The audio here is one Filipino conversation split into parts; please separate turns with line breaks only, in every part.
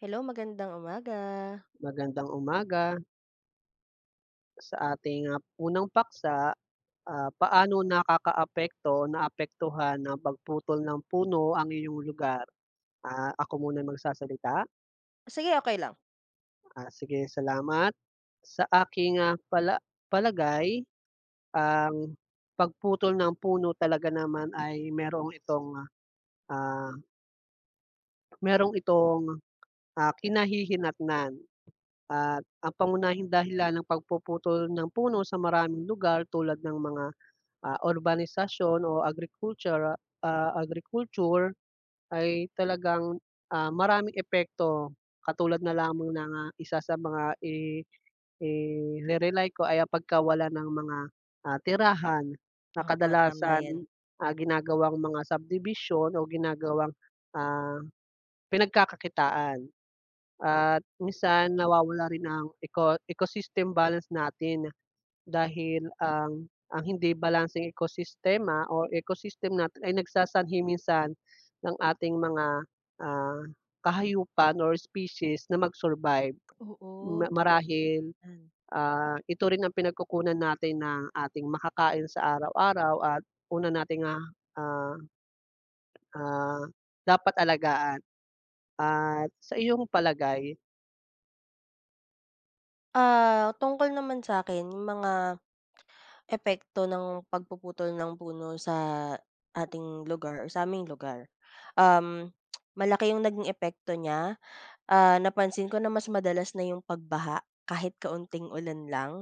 Hello, magandang umaga.
Magandang umaga. Sa ating, unang paksa, paano nakakaapekto o naapektuhan ng pagputol ng puno ang iyong lugar? Ako muna magsasalita?
Sige, okey lang.
Sige salamat. Sa aking, palagay ang pagputol ng puno talaga naman ay ah, merong itong, kinahihinatnan at ang pangunahing dahilan ng pagpuputol ng puno sa maraming lugar tulad ng mga urbanisasyon o agriculture ay talagang, maraming epekto. Katulad na lamang ng, isa sa mga ire-rely ko ay ang pagkawala ng mga, tirahan na
Oo, tama
kadalasan,
'yan.
ginagawang mga subdivision o ginagawang, ah, pinagkakakitaan at minsan nawawala rin ang ecosystem balance natin. Dahil ang hindi balanseng ekosistema o ecosystem natin ay nagsasanhi minsan ng ating mga, ah, kahayupan or species na mag-survive.
Oo,
Ma
totoo
marahil,
yan.
ito rin ang pinagkukunan natin ng ating makakain sa araw-araw at una nating, ah, ah, dapat alagaan at sa iyong palagay.
Tungkol naman sa'kin yung mga epekto ng pagpuputol ng puno sa ating lugar or sa'ming lugar. Um, Malaki yung naging epekto niya. Napansin ko na mas madalas na yung pagbaha kahit kaunting ulan lang.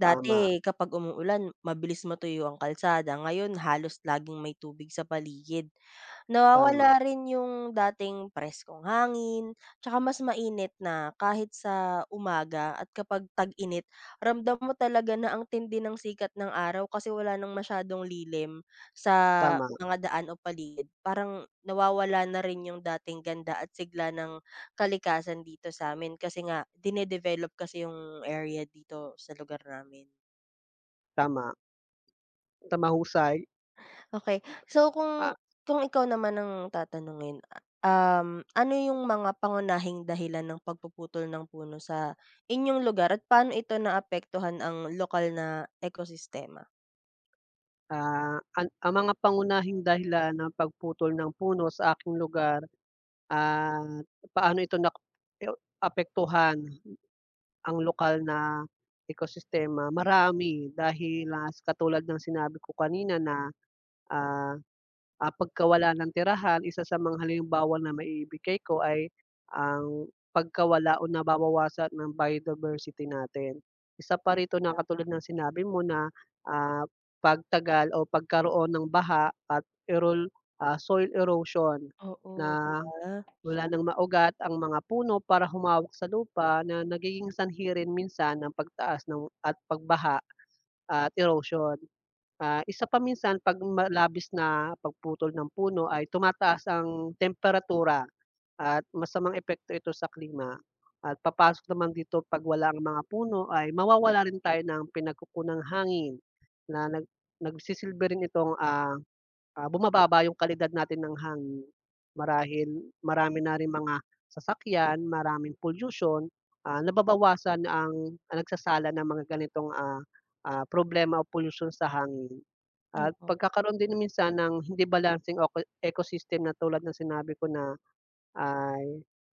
Tama,
kapag umuulan mabilis matuyo ang kalsada, ngayon halos laging may tubig sa paligid.
tama,
Nawawala rin yung dating preskong hangin, tsaka mas mainit na kahit sa umaga, at kapag tag-init ramdam mo talaga na ang tindi ng sikat ng araw kasi wala nang masyadong lilim sa
tama,
mga daan o paligid. Parang nawawala na rin yung dating ganda at sigla ng kalikasan dito sa sa'min kasi nga dinedevelop kasi yung area dito sa lugar namin.
tama, tama, husay.
Okey. So kung ikaw naman ang tatanungin, ano yung mga pangunahing dahilan ng pagpuputol ng puno sa inyong lugar at paano ito naapektuhan ang lokal na ekosistema?
Ah, an ang mga pangunahing dahilan ng pagputol ng puno sa aking lugar at paano ito nak eo apektuhan ang lokal na ekosistema, marami. Dahil, katulad ng sinabi ko kanina na, ah pagkawala ng tirahan, isa sa mga halimbawa na maibigay ko ay ang pagkawala o nababawasan ng biodiversity natin. Isa pa rito na katulad ng sinabi mo na, ah, pagtagal o pagkaroon ng baha at soil erosion
Oo, 'di
na
ba?
wala ng maugat ang mga puno para humawak sa lupa na nagiging sanhi rin minsan ng pagtaas ng at pagbaha at erosion. Isa pa minsan 'pag malabis na pagputol ng puno ay tumataas ang temperatura at masamang epekto ito sa klima at papasok naman dito 'pag wala ang mga puno ay mawawala rin tayo ng pinagkukunang hangin na nagsisilbi rin itong, bumababa yung kalidad natin ng hangin marahil marami na ring mga sasakyan, maraming polyusyon, nababawasan ang nagsasala ng mga ganitong, problema o polusyon sa hangin. At
Oo.
pagkakaroon din minsan ng hindi balanseng ecosystem na tulad ng sinabi ko na ay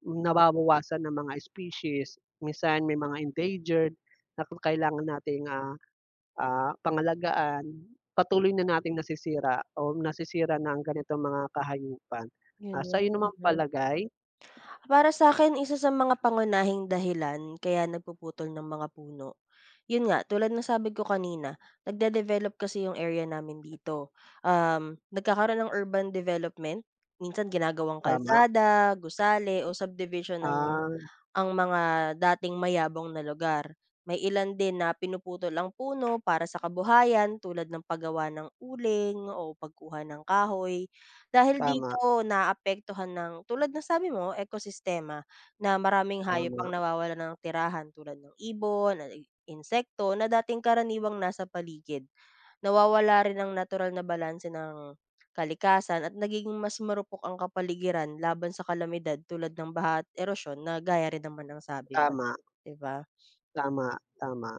nababawasan ng mga species, minsan may mga endangered na kailangan nating, pangalagaan. Patuloy na nating nasisira o nasisira na ang ganitong mga kahayupan.
Yun
Sa
nga,
iyo
eh,
naman
'no?
palagay.
Para sa'kin, isa sa mga pangunahing dahilan kaya nagpuputol ng mga puno, yun nga, tulad ng sabi ko kanina, nagde-develop kasi yung area namin dito. Nagkakaroon ng urban development, minsan ginagawang
Tama,
kalsada, gusali o subdivision ng
ah,
ang mga dating mayabong na lugar. May ilan din na pinuputol ang puno para sa kabuhayan tulad ng paggawa ng uling o pagkuha ng kahoy. Dahil
tama,
dito naapektuhan ng tulad ng sabi mo, ekosistema, na maraming hayop ang
tama,
nawawala ng tirahan tulad ng ibon, insekto na dating karaniwang nasa paligid. Nawawala rin ang natural na balanse ng kalikasan at nagiging mas marupok ang kapaligiran laban sa kalamidad tulad ng baha at erosyon na gaya rin naman ng sabi mo,
tama,
'di ba?
tama, tama.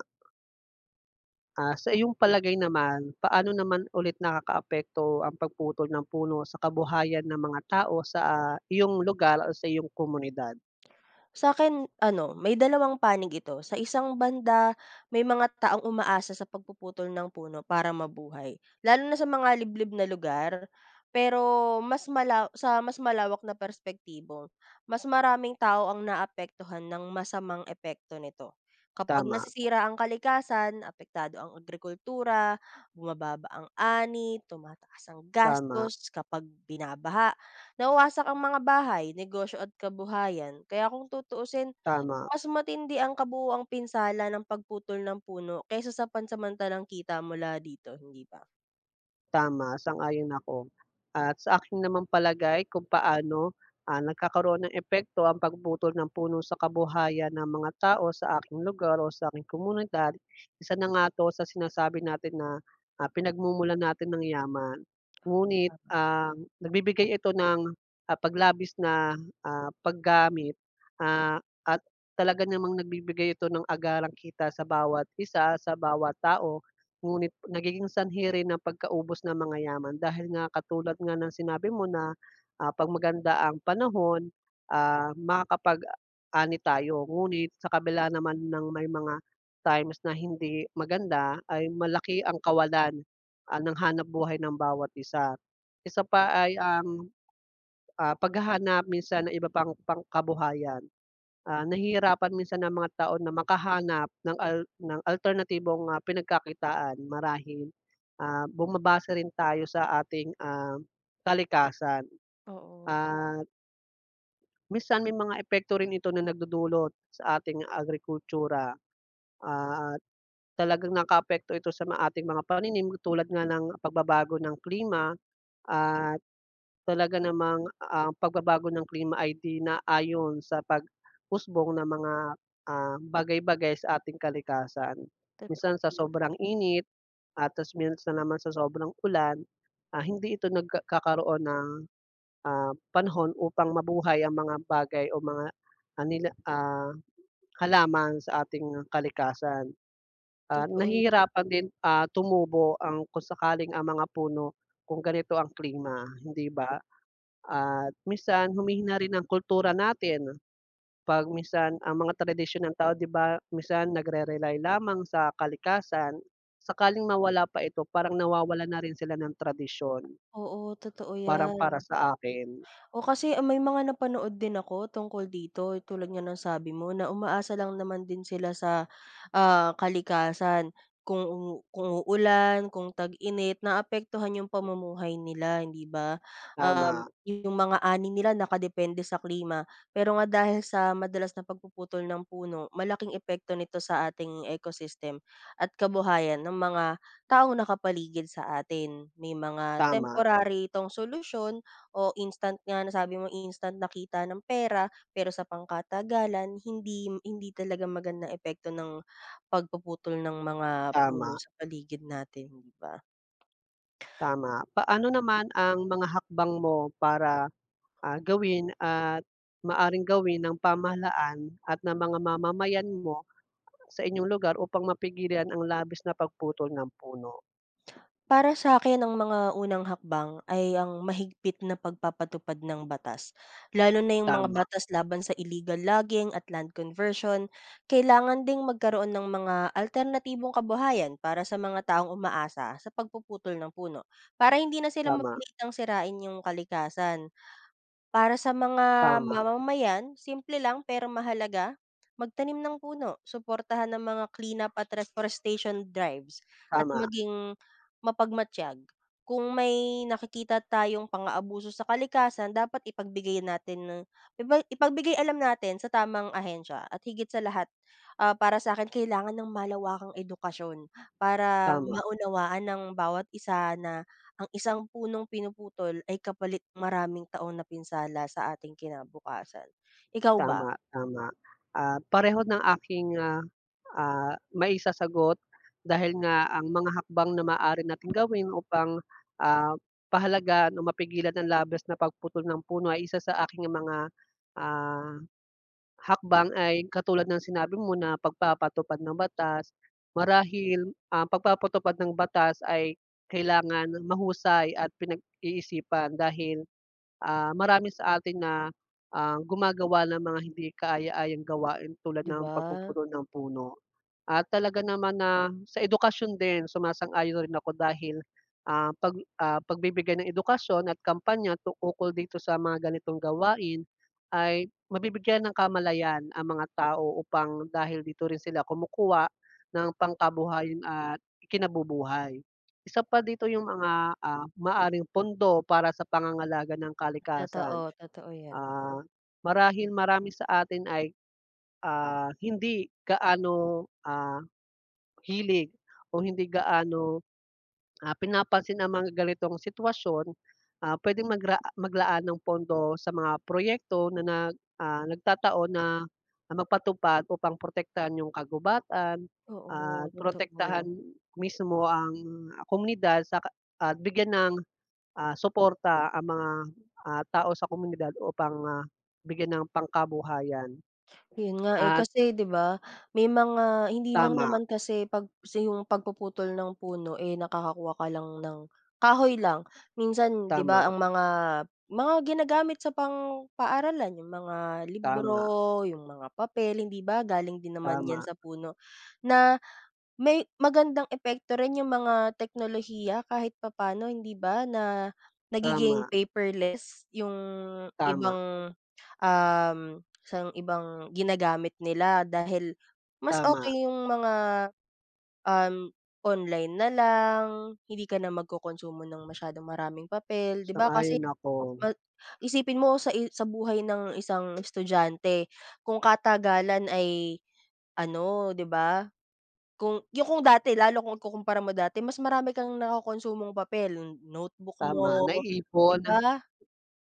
Sa iyong palagay naman, paano naman ulit nakakaapekto ang pagputol ng puno sa kabuhayan ng mga tao sa, iyong lugar o sa iyong komunidad?
Sa akin ano, may dalawang panig ito. Sa isang banda, may mga taong umaasa sa pagpuputol ng puno para mabuhay, lalo na sa mga liblib na lugar. Pero mas mala sa mas malawak na perspektibo, mas maraming tao ang naapektuhan ng masamang epekto nito. Kapag
Tama,
nasisira ang kalikasan, apektado ang agrikultura, bumababa ang ani, tumataas ang
tama,
gastos kapag binabaha. Nawasak ang mga bahay, negosyo at kabuhayan. Kaya kung tutuusin,
tama.
mas matindi ang kabuuang pinsala ng pagputol ng puno kaysa sa pansamantalang kita mula dito, hindi ba?
Tama, sang-ayon ako. At sa aking naman palagay kung paano, nagkakaroon ng epekto ang pagbutol ng puno sa kabuhayan ng mga tao sa aking lugar o sa aking komunidad, isa na nga 'to sa sinasabi natin na, pinagmumulan natin ng yaman. Ngunit, ang nagbibigay ito ng, paglabis na, paggamit, ah, at talaga namang nagbibigay ito ng agarang kita sa bawat isa, sa bawat tao. Ngunit nagiging sanhi rin ang pagkaubos ng mga yaman dahil nga katulad nga ng sinabi mo na, 'pag maganda ang panahon, makakapag-ani tayo. Ngunit sa kabila naman ng may mga times na hindi maganda ay malaki ang kawalan, ng hanapbuhay ng bawat isa. Isa pa ay ang, paghahanap minsan ng iba pang pang kabuhayan. Ah, nahihirapan minsan ang mga tao na makahanap ng al ng alternatibong, pinagkakitaan marahil, bumabase rin tayo sa ating, kalikasan
Oo,
at minsan may mga epekto rin ito na nagdudulot sa ating agrikultura, at talagang nakapekto ito sa ma ating mga pananim tulad nga ng pagbabago ng klima at talaga namang ang pagbabago ng klima ay di naayon sa paghusbong ng mga, bagay-bagay sa ating kalikasan.
totoo. Totoo
Minsan sa
yan.
sobrang init at ta's minsan naman sa sobrang ulan, hindi ito nagkakaroon ng, panahon upang mabuhay ang mga bagay o mga, ah, nila ah, halaman sa ating kalikasan. Ah,
Totoo.
nahihirapan din, tumubo ang kung sakaling ang mga puno kung ganito ang klima, hindi ba? At minsan humihina rin ang kultura natin 'pag minsan ang mga tradisyon ng tao 'di ba, minsan nagre-rely lamang sa kalikasan, sakaling mawala pa ito parang nawawala na rin sila ng tradisyon,
Oo, totoo
parang
yan.
para sa akin.
O kasi ang may mga napanood din ako tungkol dito, eh, tulad nga ng sabi mo na umaasa lang naman din sila sa, kalikasan. Kung uulan, kung tag-init, naapektuhan yung pamumuhay nila, hindi ba?
Tama,
Yung mga ani nila nakadepende sa klima. Pero nga dahil sa madalas na pagpuputol ng puno, malaking epekto nito sa ating ecosystem at kabuhayan ng mga taong nakapaligid sa atin. May mga
tama,
temporary itong solusyon o instant, nga nasabi mo instant nakita ng pera, pero sa pangkatagalan hindi hindi talaga magandang epekto ng pagpuputol ng mga puno
tama,
sa paligid natin, 'di ba?
tama. Paano naman ang mga hakbang mo para, gawin at maaring gawin ng pamahalaan at ng mga mamamayan mo sa inyong lugar upang mapigilan ang labis na pagputol ng puno?
Para sa akin ang mga unang hakbang ay ang mahigpit na pagpapatupad ng batas, lalo na yung mga
Tama.
batas laban sa illegal logging at land conversion. Kailangan ding magkaroon ng mga alternatibong kabuhayan para sa mga taong umaasa sa pagpuputol ng puno, para hindi na sila
Tama,
mapilitang sirain yung kalikasan. Para sa mga
tama,
mamamayan, simple lang pero mahalaga, magtanim ng puno, suportahan ng mga cleanup at reforestation drives, at
tama,
maging mapagmatyag. Kung may nakikita tayong pang-aabuso sa kalikasan, dapat ipagbigay natin ng ipagbigay alam natin sa tamang ahensya, at higit sa lahat, para sa akin kailangan ng malawakang edukasyon para
tama,
maunawaan ng bawat isa na ang isang punong pinuputol ay kapalit ng maraming taon na pinsala sa ating kinabukasan. Ikaw ba?
tama, tama. Pareho ng aking, maisasagot dahil nga ang mga hakbang na maaari nating gawin upang, ah, pahalagaan o mapigilan ang labis na pagputol ng puno ay isa sa aking mga, ah, hakbang ay katulad ng sinabi mo na pagpapatupad ng batas. Marahil ang pagpapatupad ng batas ay kailangan mahusay at pinag-iisipan dahil marami sa atin na, gumagawa ng mga hindi kaaya-ayang gawain tulad
'Di
ng
ba?
pagpupuno ng puno. At talaga naman na sa edukasyon din sumasang-ayon rin ako dahil, pagbibigay ng edukasyon at kampanya ukol dito sa mga ganitong gawain ay mabibigyan ng kamalayan ang mga tao upang dahil dito rin sila kumukuha ng pangkabuhayan at ikinabubuhay. Isa pa dito yung mga, maaaring pondo para sa pangangalaga ng kalikasan.
Totoo, totoo 'yan.
Ah, marahil marami sa atin ay, hindi gaano, hilig o hindi gaano, pinapansin ang mga ganitong sitwasyon, puwedeng maglaan ng pondo sa mga proyekto na nagtataon na magpatupad upang protektahan yung kagubatan
Oo,
at protektahan
totoo.
mismo ang komunidad at bigyan ng, suporta ang mga, tao sa komunidad upang, bigyan ng pangkabuhayan
'Yun nga, eh,
at.
kasi 'di ba may mga hindi lang
Tama,
naman kasi 'pag sa yung pagpuputol ng puno, eh, nakakakuha ka lang ng kahoy lang. Minsan 'di
tama,
ba ang mga ginagamit sa pang-paaralan, yung mga
tama,
libro, yung mga papel, hindi ba galing din naman 'yan
tama,
sa puno na. May magandang epekto rin yung mga teknolohiya kahit papaano hindi ba, na nagiging
tama,
paperless yung
tama.
ibang, um, sa ibang ginagamit nila dahil mas
Tama,
okey yung mga, um, online na lang, hindi ka na magkokonsumo ng masyadong maraming papel, 'di ba? Kasi
sang-ayon ako.
ma isipin mo sa buhay ng isang estudyante kung katagalan ay ano, 'di ba kung yung kung dati lalo kung ikukumpara mo dati mas marami kang nakokonsumong papel, notebook
Tama,
mo, 'di
naiipon,
ba?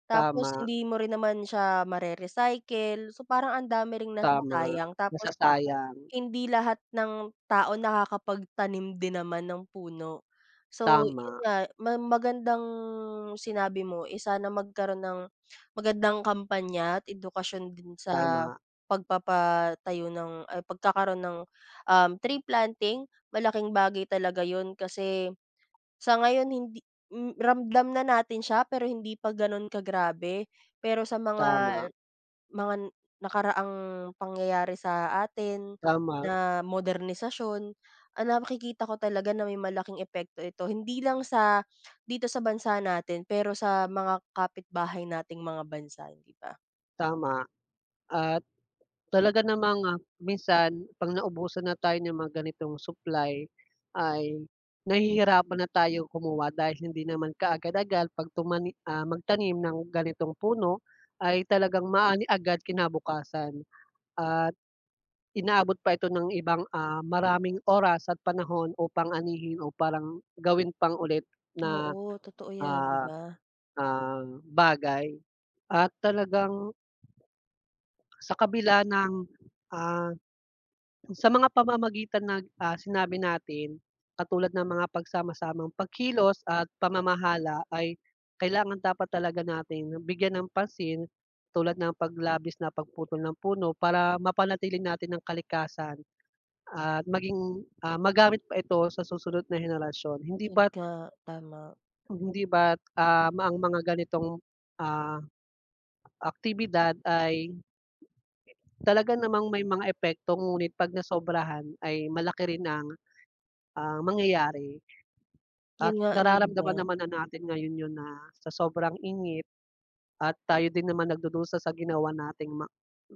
Tapos
tama,
hindi mo rin naman siya mare-recycle, so parang ang dami ring
tama,
nasasayang tapos
nasasayang,
hindi lahat ng tao nakakapagtanim din naman ng puno. So, yun
tama,
nga ma magandang sinabi mo, eh, sana magkaroon ng magandang kampanya at edukasyon din sa
tama,
pagpapatayo ng ay pagkakaroon ng, tree planting. Malaking bagay talaga yun kasi sa ngayon hindi ramdam na natin siya pero hindi pa ganun kagrabe. Pero sa mga
tama,
mga nakaraang pangyayari sa atin
tama,
na modernisasyon, ang nakikita ko talaga na may malaking epekto ito hindi lang sa dito sa bansa natin pero sa mga kapitbahay nating mga bansa, hindi ba?
tama at talaga namang, minsan 'pag naubusan na tayo ng mga ganitong supply ay nahihirapan na tayo kumuha dahil hindi naman kaagad-agad 'pag magtanim ng ganitong puno ay talagang maani agad kinabukasan at inaabot pa ito ng ibang, maraming oras at panahon upang anihin o parang gawin pang ulit na,
Oo, totoo 'yan, 'di
ah,
ba?
bagay. At talagang sa kabila ng, ah, sa mga pamamagitan ng, sinabi natin, katulad ng mga pagsama-samang pagkilos at pamamahala ay kailangan dapat talaga natin bigyan ng pansin tulad ng paglabis na pagputol ng puno para mapanatili natin ang kalikasan. At maging, magamit pa ito sa susunod na henerasyon. Hindi
Yun
ba
nga, tama.
hindi ba't, um, ang mga ganitong, ah, aktibidad ay talaga namang may mga epekto ngunit 'pag nasobrahan ay malaki rin ang, mangyayari at
Yun nga eh, 'di ba?
nararamdaman naman na natin ngayon 'yun na sa sobrang ingit at tayo din naman nagdudusa sa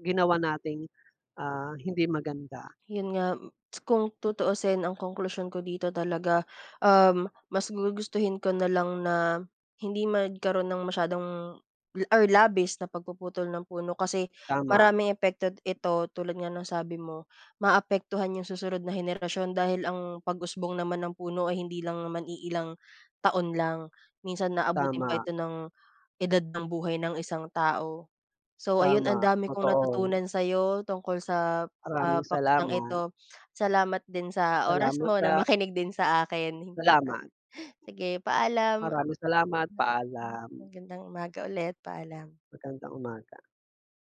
ginawa nating, hindi maganda.
Yun nga, m- kung tutuusin ang conclusion ko dito talaga, mas gugustuhin ko na lang na hindi magkaroon ng masyadong l- or labis na pagpuputol ng puno kasi
Tama,
maraming epekto ito tulad nga ng sabi mo, maapektuhan yung susunod na henerasyon dahil ang pag-usbong naman ng puno ay hindi lang naman iilang taon lang. Minsan naabutin pa
tama,
ito ng edad ng buhay ng isang tao. So ayun,
tama,
ang dami kong
totoo.
natutunan sa'yo tungkol sa
Maraming
paksang
salamat.
ito. Salamat din sa oras
Salamat
mo na
sa
makinig din sa akin.
Salamat,
Sige, paalam.
maraming salamat, paalam.
Magandang umaga ulit, paalam.
Magandang umaga.